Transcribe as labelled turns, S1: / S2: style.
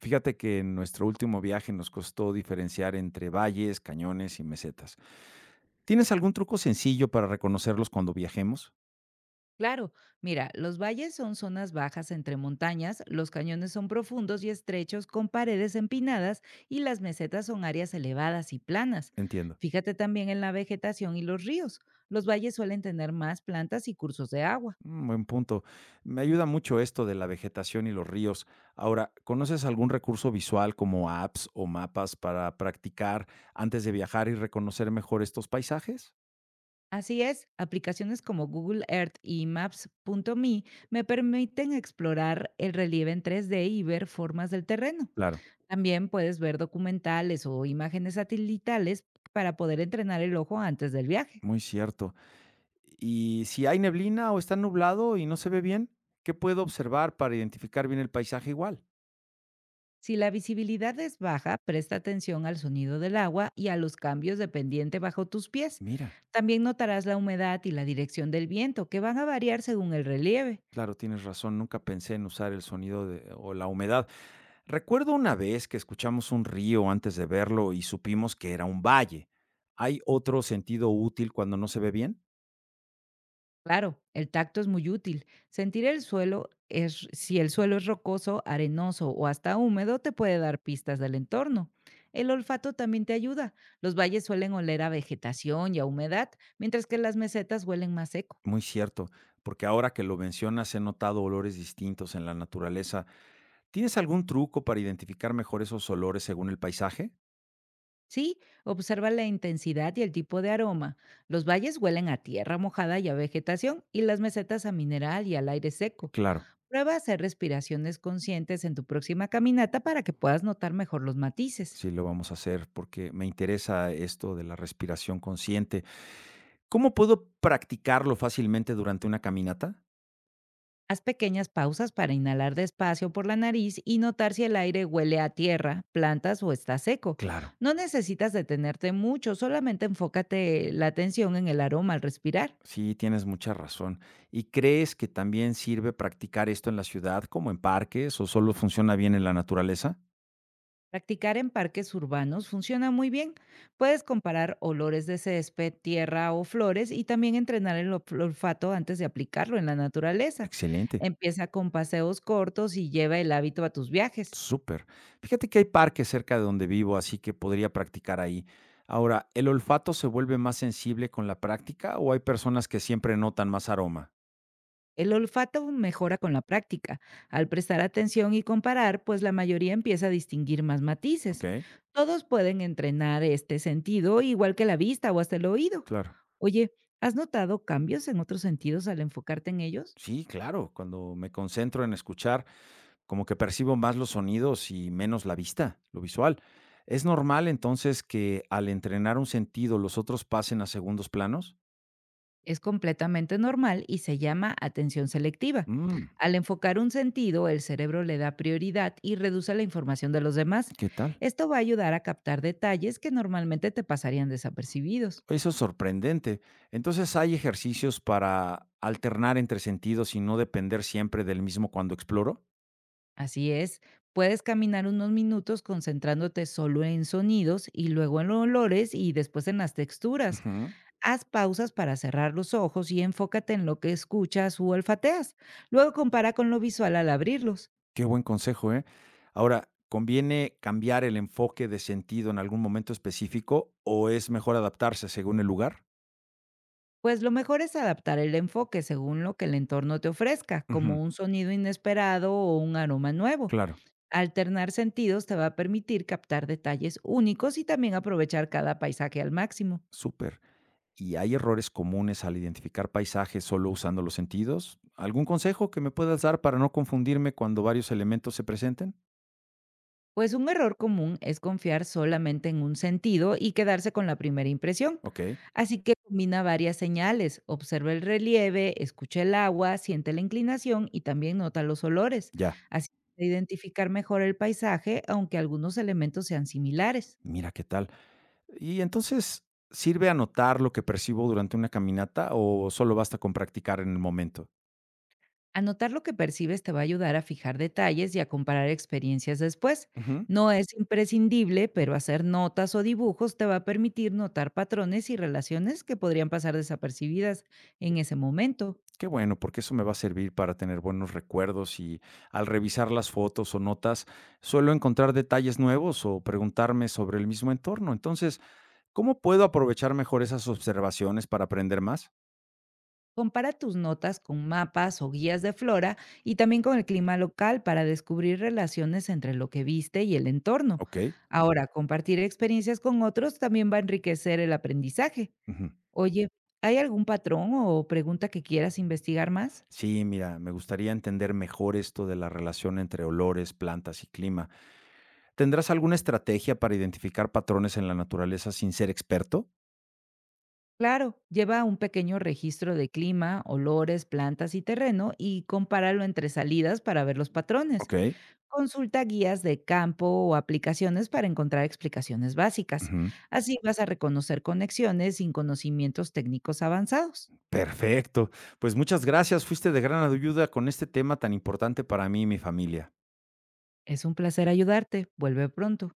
S1: Fíjate que en nuestro último viaje nos costó diferenciar entre valles, cañones y mesetas. ¿Tienes algún truco sencillo para reconocerlos cuando viajemos?
S2: Claro, mira, los valles son zonas bajas entre montañas, los cañones son profundos y estrechos con paredes empinadas y las mesetas son áreas elevadas y planas.
S1: Entiendo.
S2: Fíjate también en la vegetación y los ríos. Los valles suelen tener más plantas y cursos de agua.
S1: Mm, buen punto. Me ayuda mucho esto de la vegetación y los ríos. Ahora, ¿conoces algún recurso visual como apps o mapas para practicar antes de viajar y reconocer mejor estos paisajes?
S2: Así es, aplicaciones como Google Earth y Maps Maps.me me permiten explorar el relieve en 3D y ver formas del terreno.
S1: Claro,
S2: También puedes ver documentales o imágenes satelitales para poder entrenar el ojo antes del viaje.
S1: muy cierto. ¿Y si hay neblina o está nublado y no se ve bien? ¿Qué puedo observar para identificar bien el paisaje igual?
S2: Si la visibilidad es baja, presta atención al sonido del agua y a los cambios de pendiente bajo tus pies.
S1: Mira.
S2: También notarás la humedad y la dirección del viento, que van a variar según el relieve.
S1: Claro, tienes razón, nunca pensé en usar el sonido de o la humedad. Recuerdo una vez que escuchamos un río antes de verlo y supimos que era un valle. ¿Hay otro sentido útil cuando no se ve bien?
S2: Claro, el tacto es muy útil. Sentir el suelo, es, si el suelo es rocoso, arenoso o hasta húmedo, te puede dar pistas del entorno. El olfato también te ayuda. Los valles suelen oler a vegetación y a humedad, mientras que las mesetas huelen más seco.
S1: Muy cierto, porque ahora que lo mencionas he notado olores distintos en la naturaleza. ¿Tienes algún truco para identificar mejor esos olores según el paisaje?
S2: Sí, observa la intensidad y el tipo de aroma. Los valles huelen a tierra mojada y a vegetación y las mesetas a mineral y al aire seco.
S1: Claro,
S2: Prueba a hacer respiraciones conscientes en tu próxima caminata para que puedas notar mejor los matices.
S1: sí lo vamos a hacer porque me interesa esto de la respiración consciente. ¿Cómo puedo practicarlo fácilmente durante una caminata?
S2: Haz pequeñas pausas para inhalar despacio por la nariz y notar si el aire huele a tierra, plantas o está seco.
S1: Claro.
S2: No necesitas detenerte mucho, solamente enfócate la atención en el aroma al respirar.
S1: Sí, tienes mucha razón. ¿Y crees que también sirve practicar esto en la ciudad, como en parques, o solo funciona bien en la naturaleza?
S2: Practicar en parques urbanos funciona muy bien. Puedes comparar olores de césped, tierra o flores y también entrenar el olfato antes de aplicarlo en la naturaleza.
S1: Excelente,
S2: Empieza con paseos cortos y lleva el hábito a tus viajes.
S1: súper. Fíjate que hay parques cerca de donde vivo, así que podría practicar ahí. Ahora, ¿el olfato se vuelve más sensible con la práctica o hay personas que siempre notan más aroma?
S2: El olfato mejora con la práctica. Al prestar atención y comparar, pues la mayoría empieza a distinguir más
S1: Ok,
S2: matices. Todos pueden entrenar este sentido, igual que la vista o hasta el oído.
S1: claro.
S2: Oye, ¿has notado cambios en otros sentidos al enfocarte en ellos?
S1: Sí, claro. Cuando me concentro en escuchar, como que percibo más los sonidos y menos la vista, lo visual. ¿Es normal entonces que al entrenar un sentido los otros pasen a segundos planos?
S2: Es completamente normal y se llama atención selectiva.
S1: Mm,
S2: Al enfocar un sentido, el cerebro le da prioridad y reduce la información de los demás.
S1: ¿qué tal?
S2: Esto va a ayudar a captar detalles que normalmente te pasarían desapercibidos.
S1: Eso es sorprendente. Entonces hay ejercicios para alternar entre sentidos y no depender siempre del mismo cuando exploro.
S2: Así es, puedes caminar unos minutos concentrándote solo en sonidos y luego en los olores y después en las texturas.
S1: Ujú.
S2: Haz pausas para cerrar los ojos y enfócate en lo que escuchas o olfateas. Luego compara con lo visual al abrirlos.
S1: Qué buen consejo, ¿eh? Ahora, ¿conviene cambiar el enfoque de sentido en algún momento específico o es mejor adaptarse según el lugar?
S2: Pues lo mejor es adaptar el enfoque según lo que el entorno te ofrezca, como
S1: Ujú,
S2: un sonido inesperado o un aroma nuevo.
S1: claro,
S2: Alternar sentidos te va a permitir captar detalles únicos y también aprovechar cada paisaje al máximo.
S1: súper. ¿Y hay errores comunes al identificar paisajes solo usando los sentidos? ¿Algún consejo que me puedas dar para no confundirme cuando varios elementos se presenten?
S2: Pues un error común es confiar solamente en un sentido y quedarse con la primera impresión.
S1: Ok,
S2: Así que combina varias señales, observa el relieve, escucha el agua, siente la inclinación y también nota los olores.
S1: ya,
S2: Así de identificar mejor el paisaje, aunque algunos elementos sean similares.
S1: mira qué tal. ¿Y entonces sirve anotar lo que percibo durante una caminata o solo basta con practicar en el momento?
S2: Anotar lo que percibes te va a ayudar a fijar detalles y a comparar experiencias después.
S1: Ujú,
S2: No es imprescindible, pero hacer notas o dibujos te va a permitir notar patrones y relaciones que podrían pasar desapercibidas en ese momento.
S1: qué bueno, porque eso me va a servir para tener buenos recuerdos y al revisar las fotos o notas suelo encontrar detalles nuevos o preguntarme sobre el mismo entorno. Entonces, ¿cómo puedo aprovechar mejor esas observaciones para aprender más?
S2: Compara tus notas con mapas o guías de flora y también con el clima local para descubrir relaciones entre lo que viste y el entorno.
S1: Ok,
S2: Ahora, compartir experiencias con otros también va a enriquecer el aprendizaje.
S1: ujú.
S2: Oye, ¿hay algún patrón o pregunta que quieras investigar más?
S1: Sí, mira, me gustaría entender mejor esto de la relación entre olores, plantas y clima. ¿Tendrás alguna estrategia para identificar patrones en la naturaleza sin ser experto?
S2: Claro, lleva un pequeño registro de clima, olores, plantas y terreno y compáralo entre salidas para ver los patrones.
S1: Ok.
S2: Consulta guías de campo o aplicaciones para encontrar explicaciones básicas.
S1: Ujú.
S2: Así vas a reconocer conexiones sin conocimientos técnicos avanzados.
S1: Perfecto. Pues muchas gracias. Fuiste de gran ayuda con este tema tan importante para mí y mi familia.
S2: Es un placer ayudarte. Vuelve pronto.